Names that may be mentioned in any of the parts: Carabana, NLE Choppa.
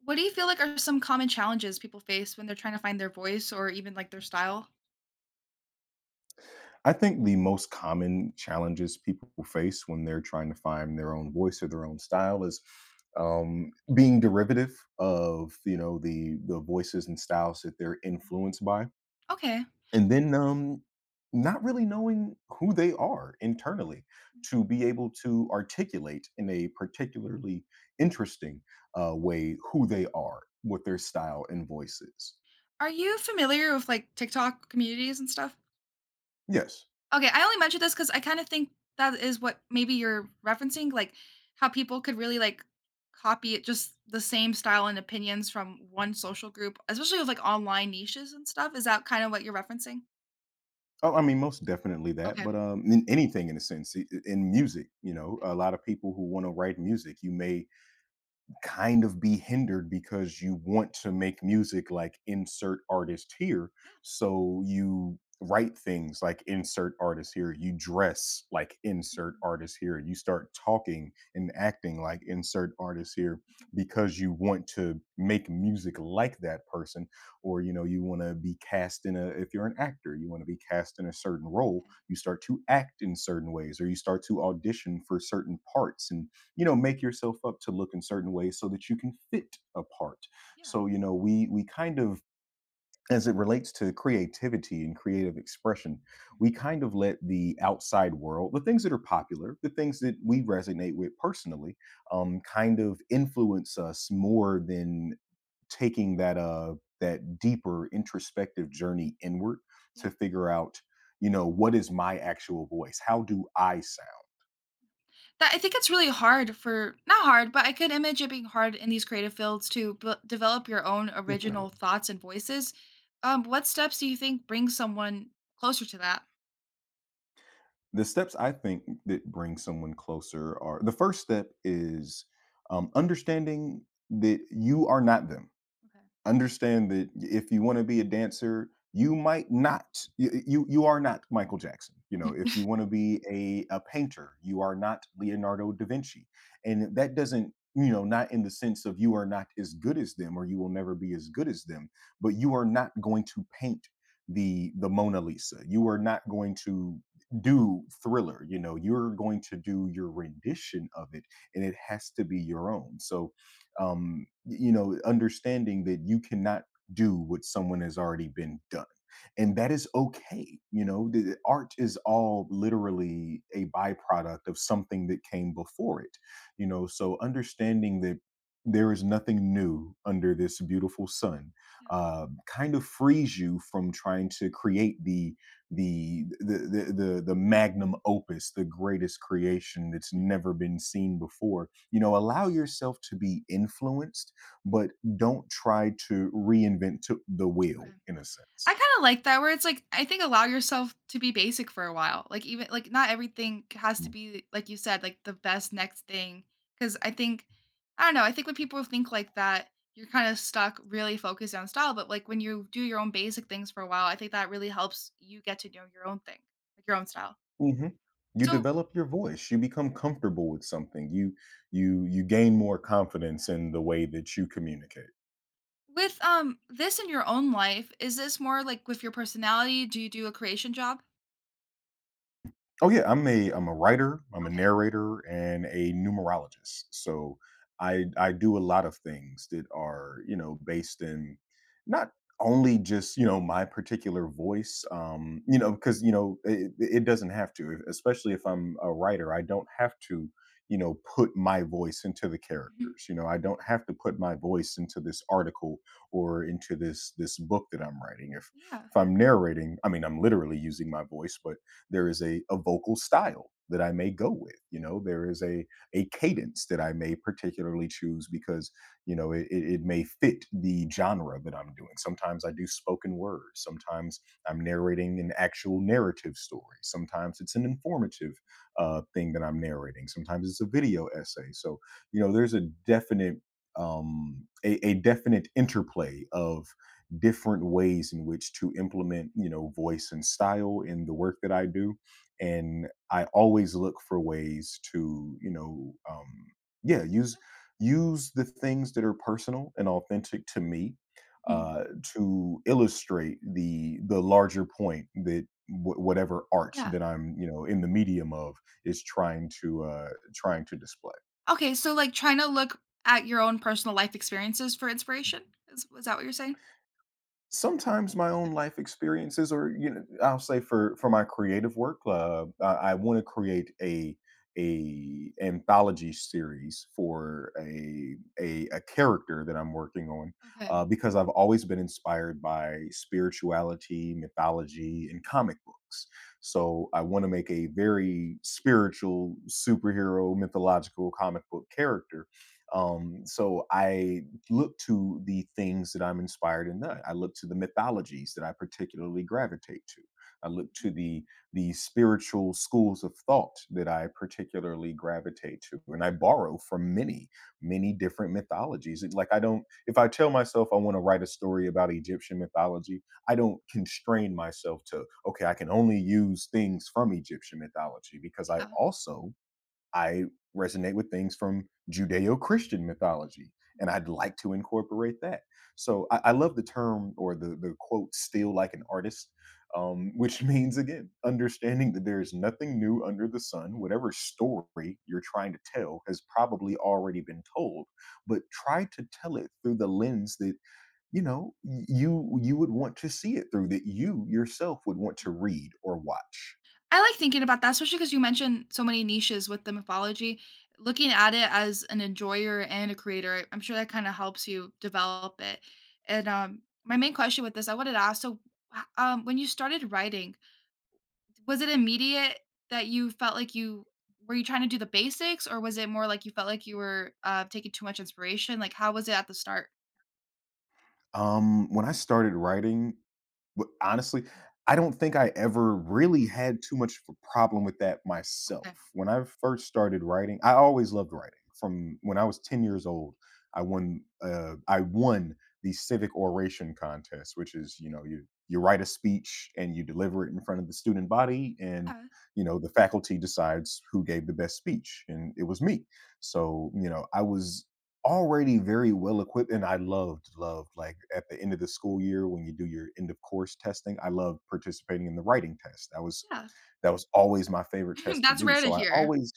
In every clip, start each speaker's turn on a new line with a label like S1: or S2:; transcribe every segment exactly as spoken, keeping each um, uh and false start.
S1: What do you feel like are some common challenges people face when they're trying to find their voice or even like their style?
S2: I think the most common challenges people face when they're trying to find their own voice or their own style is um, being derivative of you know the the voices and styles that they're influenced by,
S1: Okay.
S2: and then um, not really knowing who they are internally to be able to articulate in a particularly interesting uh, way who they are, what their style and voice is.
S1: Are you familiar with like TikTok communities and stuff?
S2: Yes.
S1: Okay, I only mentioned this because I kind of think that is what maybe you're referencing, like how people could really like copy it just the same style and opinions from one social group, especially with like online niches and stuff. Is that kind of what you're referencing?
S2: Oh, I mean, most definitely that, but
S1: Okay.
S2: um, in anything in a sense, i- in music, you know,
S1: Okay.
S2: a lot of people who want to write music, you may kind of be hindered because you want to make music like insert artist here.
S1: Yeah.
S2: So you write things like insert artist here. You dress like insert
S1: Mhm,
S2: artist here. You start talking and acting like insert artist here
S1: mhm,
S2: because you want to make music like that person. Or, you know, you want to be cast in a, if you're an actor, you want to be cast in a certain role.
S1: okay.
S2: You start to act in certain ways or you start to audition for certain parts, and you know make yourself up to look in certain ways so that you can fit a part.
S1: Yeah.
S2: So you know we we kind of, as it relates to creativity and creative expression,
S1: Mhm.
S2: we kind of let the outside world, the things that are popular, the things that we resonate with personally, um, kind of influence us more than taking that uh that deeper introspective journey inward
S1: Yeah.
S2: to figure out, you know, what is my actual voice, how do I sound.
S1: That I think it's really hard for not hard, but I could image it being hard in these creative fields to b- develop your own original
S2: Definitely.
S1: thoughts and voices. Um, what steps do you think bring someone closer to that?
S2: The steps I think that bring someone closer are, the first step is um, understanding that you are not them.
S1: Okay.
S2: Understand that if you want to be a dancer you might not, you, you you are not Michael Jackson. You know,
S1: Mhm.
S2: if you want to be a, a painter, you are not Leonardo da Vinci, and that doesn't, you know, not in the sense of you are not as good as them or you will never be as good as them, but you are not going to paint the the Mona Lisa, you are not going to do Thriller. You know, you're going to do your rendition of it, and it has to be your own. So um, you know, understanding that you cannot do what someone has already been done. And that is okay. You know, the art is all literally a byproduct of something that came before it. You know, so understanding that there is nothing new under this beautiful sun
S1: Yeah.
S2: uh, kind of frees you from trying to create the the the the the the magnum opus, the greatest creation that's
S1: Mhm.
S2: never been seen before. You know, allow yourself to be influenced, but don't try to reinvent to the wheel
S1: Okay.
S2: in a
S1: I
S2: sense.
S1: kind of like that where it's like I think allow yourself to be basic for a while. Like even like not everything has to
S2: Mhm.
S1: be like you said like the best next thing cuz I think I don't know, I think when people think like that you're kind of stuck really focused on style, but like when you do your own basic things for a while, I think that really helps you get to know your own thing, like your own style.
S2: Hmm. You
S1: So
S2: develop your voice. You become comfortable with something. You you you gain more confidence
S1: yes,
S2: in the way that you communicate.
S1: with um this in your own life, is this more like with your personality? Do you do a creation job?
S2: Oh yeah, I'm a I'm a writer, I'm a
S1: Okay.
S2: narrator, and a numerologist. So I I do a lot of things that are, you know, based in not only just, you know, my particular voice, um, you know, because you know it, it doesn't have to, e, especially if I'm a writer, I don't have to, you know, put my voice into the
S1: Mhm.
S2: characters. You know, I don't
S1: Okay.
S2: have to put my voice into this article or into this this book that I'm writing. If
S1: Yeah.
S2: if I'm narrating, I mean I'm literally using my voice, but there is a, a vocal style that I may go with. You know, there is a a cadence that I may particularly choose because, you know, it, it it may fit the genre that I'm doing. Sometimes I do spoken word. Sometimes I'm narrating an actual narrative story. Sometimes it's an informative uh, thing that I'm narrating. Sometimes it's a video essay. So you know, there's a definite um, a, a definite interplay of different ways in which to implement, you know, voice and style in the work that I do, and I always look for ways to, you know, um, yeah use use the things that are personal and authentic to me
S1: Mhm.
S2: uh, to illustrate the the larger point that wh- whatever art
S1: Yeah.
S2: that I'm, you know, in the medium of is trying to uh trying to display.
S1: Okay, so, like, trying to look at your own personal life experiences for inspiration? Is was that what you're saying?
S2: Sometimes my own
S1: Yep,
S2: life experiences or, you know, I'll say for for my creative work, uh, I I wanna create a a anthology series for a a a character that I'm working on,
S1: okay.
S2: uh, because I've always been inspired by spirituality, mythology, and comic books. So, I wanna make a very spiritual superhero, mythological comic book character. Um, so I look to the things that I'm inspired in that. I look to the mythologies that I particularly gravitate to. I look to the the spiritual schools of thought that I particularly gravitate to, and I borrow from many, many different
S1: Mhm.
S2: mythologies. It's like I don't, if I tell myself I want to write a story about Egyptian mythology, I don't constrain myself to okay, I can only use things from Egyptian mythology because I
S1: Yeah.
S2: also I resonate with things from Judeo Christian mythology, and I'd like to incorporate that. So I, I love the term or the, the quote, still like an artist, um, which means, again, understanding that there is nothing new under the sun.
S1: Mhm.
S2: Whatever story you're trying to tell has probably already been told, but try to tell it through the lens that, you know, you you would want to see it through, that you yourself would want to read or watch.
S1: I like thinking about that, especially because you mentioned so many niches with the mythology. Looking at it as an enjoyer and a creator, I'm sure that kinda helps you develop it, and, um, my main question with this, I wanted to ask, so, h um, when you started writing, was it immediate that you felt like you were you trying to do the basics, or was it more like you felt like you were, uh, taking too much inspiration? Like, how was it at the start?
S2: Um when I started writing But, honestly, I don't think I ever really had too much of a problem with that myself.
S1: Okay.
S2: When I first started writing I always loved writing. From when I was ten years old, I won, uh, I won the civic oration contest, which is, you know, you you write a speech and you deliver it in front of the student body, and,
S1: Yeah,
S2: you know, the faculty decides who gave the best speech, and it was me. So, you know, I was already very well equipped, and I loved loved, like at the end of the school year when you do your end of course testing, I loved participating in the writing test. That was
S1: yeah.
S2: that was always my favorite test to
S1: That's
S2: do,
S1: rare to
S2: so I
S1: hear.
S2: always,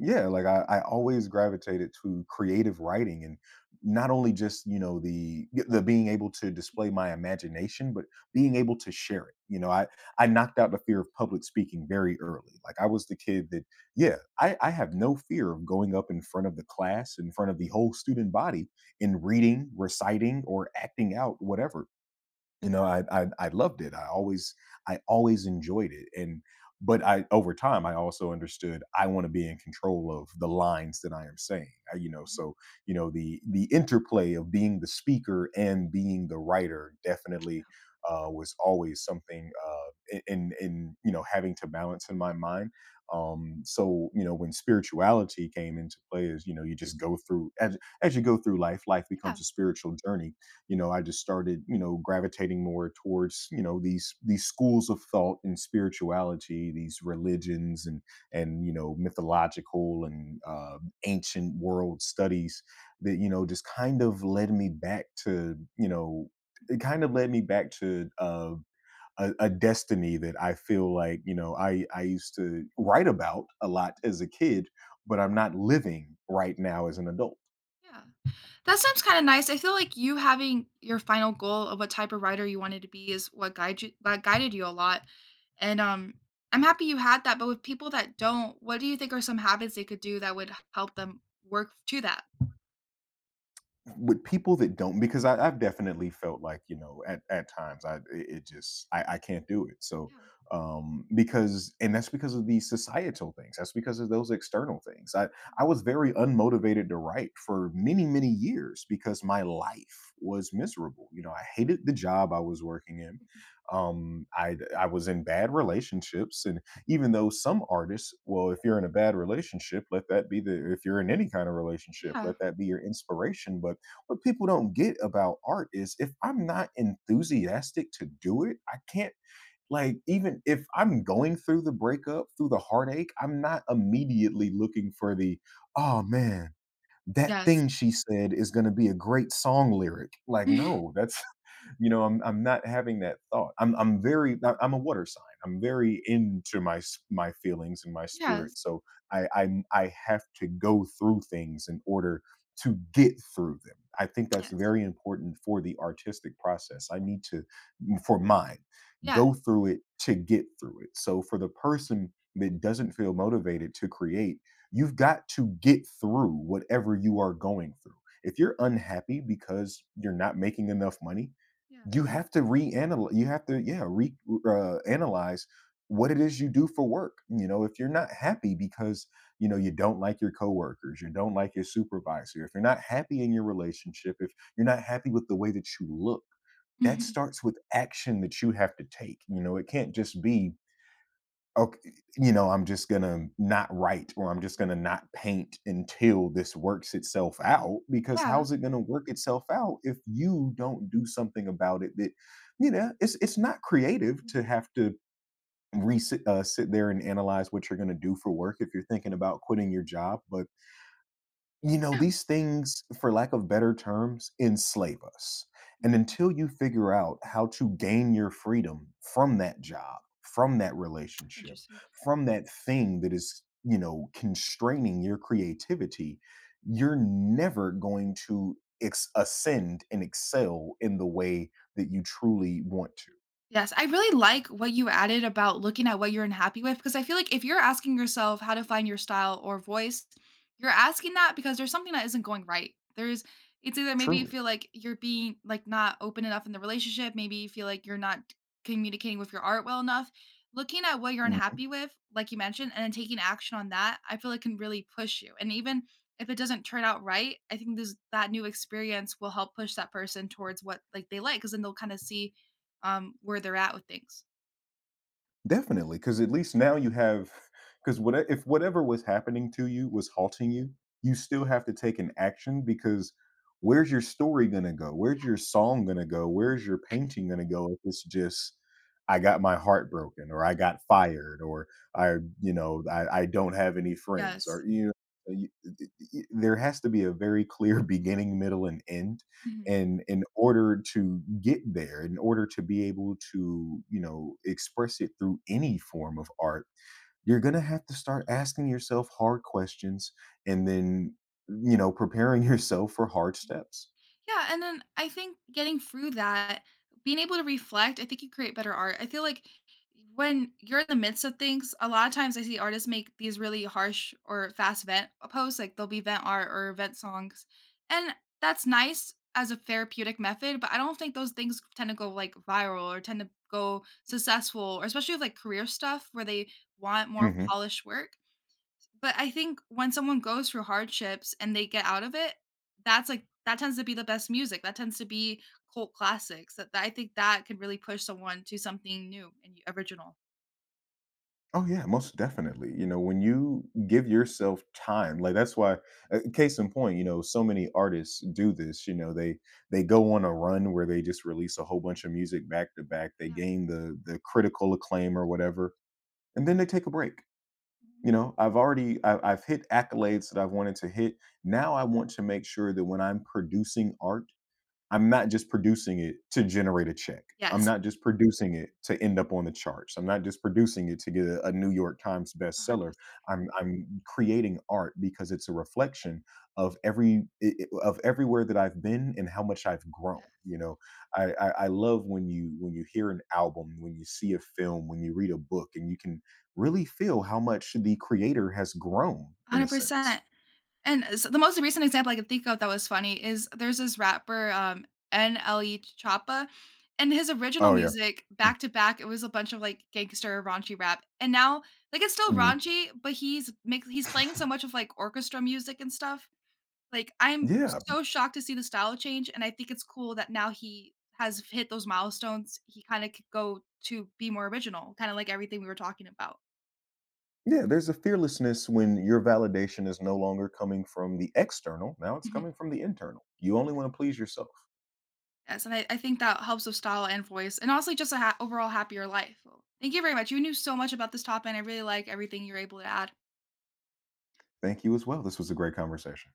S2: yeah, like I, I always gravitated to creative writing, and not only just, you know, the the being able to display
S1: Mhm,
S2: my imagination, but being able to share it. You know, I I knocked out the fear of public speaking very early. Like I was the kid that, yeah, I, I have no fear of going up in front of the class, in front of the whole student body and reading, reciting, or acting out, whatever. You know, I I I loved it. I always I always enjoyed it, and but I over time I also understood I want to be in control of the lines that I am saying. I, you know,
S1: mhm,
S2: so you know the the interplay of being the speaker and being the writer definitely uh, was always something, uh, i- in in you know, having to balance in my mind. Um,
S1: mhm,
S2: so you know when spirituality came into play, is you know you just go through as as you go through life, life
S1: yeah,
S2: becomes a spiritual journey. You know, I just started, you know, gravitating more towards, you know, these these schools of thought and spirituality, these religions, and and you know, mythological and uh, ancient world studies that, you know, just kind of led me back to, you know, it kind of led me back to uh, a, a destiny that I feel like, you know, I I used to write about a lot
S1: mhm.
S2: as a kid, but I'm not living right now as an adult.
S1: Yeah. That sounds kinda nice. I feel like you having your final goal of what type of writer you wanted to be is what guide you that guided you a lot. And, um, I'm happy you had that, but with people that don't, what do you think are some habits they could do that would h- help them work to that?
S2: With people that don't, because I, i've definitely felt like, you know, at, at times I it it just I, I can't do it. So
S1: Yeah.
S2: um because, and that's because of these societal things, that's because of those external things. I i was very unmotivated to write for many many years because my life was miserable. You know, I hated the job I was working in. Um i i was in bad relationships, and even though some artists, well, if you're in a bad relationship, let that be the, if you're in any kind of relationship,
S1: Yeah.
S2: let that be your inspiration. But what people don't get about art is if I'm not enthusiastic to do it, I can't. Like, even if I'm going through the breakup, through the heartache, I'm not immediately looking for the, "Oh, man, that
S1: Yes.
S2: thing she said is gonna be a great song lyric." Like,
S1: Mhm.
S2: no, that's, you know, i'm i'm not having that thought. I'm i'm very I-
S1: Mhm.
S2: am a water sign. I'm very into my s- my feelings and my
S1: Yes.
S2: spirit. So i i i have to go through things in order to get through them. I think that's
S1: Yes.
S2: very important for the artistic process. I need to, for mine,
S1: Yes.
S2: go through it to get through it. So for the person that doesn't feel motivated to create, you've got to get through whatever you are going through. If you're unhappy because you're not making enough money,
S1: Yeah.
S2: you have to reanalyze, you have to, yeah, re uh, analyze what it is you do for work. You know, if you're not happy because, you know, you don't like your coworkers, you don't like your supervisor, if you're not happy in your relationship, if you're not happy with the way that you look, that
S1: Mhm.
S2: starts with action that you have to take. You know, it can't just be, okay, you know, I'm just gonna not write, or I'm just gonna not paint until this works itself out. Because
S1: Yeah.
S2: how's it gonna work itself out if you don't do something about it? That, you know, it's it's not creative
S1: Mhm.
S2: to have to re sit- uh, sit there and analyze what you're gonna do for work if you're thinking about quitting your job. But, you know,
S1: Yeah.
S2: these things, for lack of better terms, enslave us. And
S1: Mhm.
S2: until you figure out how to gain your freedom from that job, from that relationship,
S1: Interesting.
S2: from that thing that is, you know, constraining your creativity, you're never going to ex- ascend and excel in the way that you truly want to.
S1: Yes, I really like what you added about looking at what you're unhappy with because I feel like if you're asking yourself how to find your style or voice, you're asking that because there's something that isn't going right. There's it's either maybe you
S2: Truly.
S1: feel like you're being like not open enough in the relationship, maybe you feel like you're not communicating with your art well enough. Looking at what you're unhappy with, like you mentioned, and then taking action on that, I feel it can really push you. And even if it doesn't turn out right, I think this that new experience will help push that person towards what like they like because then they'll kind of see um, where they're at with things.
S2: Definitely, because at least now you have, because what e, if whatever was happening to you
S1: Mhm.
S2: was halting you, you still have to take an action. Because where's your story gonna go? Where's your song gonna go? Where's your painting gonna go if it's just, "I got my heart broken," or "I got fired," or "I," you know, "I I don't have any friends," or,
S1: Yes.
S2: you know, you, there has to be a very clear beginning, middle, and end,
S1: Mhm.
S2: and in order to get there, in order to be able to, you know, express it through any form of art, you're going to have to start asking yourself hard questions, and then, you know, preparing yourself for hard steps.
S1: Yeah, and then I think getting through that, being able to reflect, I think you create better art. I feel like when you're in the midst of things, a lot of times I see artists make these really harsh or fast vent posts, like they'll be vent art or vent songs. And that's nice as a therapeutic method, but I don't think those things tend to go like viral or tend to go successful, or especially with like career stuff where they want more
S2: Hmm.
S1: polished work. But I think when someone goes through hardships and they get out of it, that's like that tends to be the best music. That tends to be cult classics. That that- I think that could really push someone to something new and y- original.
S2: Oh yeah, most definitely. You know, when you give yourself time, like, that's why, uh, case in point, you know, so many artists do this. You know, they they go on a run where they just release a whole bunch of music back to back, they
S1: Yeah.
S2: gain the the critical acclaim or whatever, and then they take a break.
S1: Mhm.
S2: You know, I've already, I, I've hit accolades that I've wanted to hit. Now I want to make sure that when I'm producing art, I'm not just producing it to generate a check. I'm
S1: Yes.
S2: not just producing it to end up on the charts. I'm not just producing it to get a, a New York Times bestseller.
S1: one hundred percent.
S2: I'm I'm creating art because it's a reflection of every i- i- of everywhere that I've been and how much I've grown. You
S1: Yes.
S2: know, I, I I love when you when you hear an album, when you see a film, when you read a book, and you can really feel how much the creator has grown in a sense.
S1: one hundred percent. And s the most recent example I can think of that was funny is there's this rapper, um, N L E Choppa, and his original
S2: Oh yeah.
S1: music back to back, it was a bunch of like gangster raunchy rap. And now like it's still
S2: Mhm.
S1: raunchy, but he's make he's playing so much of like orchestra music and stuff. Like I'm
S2: Yeah.
S1: so shocked to see the style change, and I think it's cool that now he has hit those milestones. He kind of could go to be more original, kind of like everything we were talking about.
S2: Yeah, there's a fearlessness when your validation is no longer coming from the external. Now it's
S1: Mhm.
S2: coming from the internal. You only want to please yourself.
S1: Yes, and I, I think that helps with style and voice, and honestly, just a ha- overall happier life. Well, thank you very much. You knew so much about this topic, and I really like everything you're able to add.
S2: Thank you as well. This was a great conversation.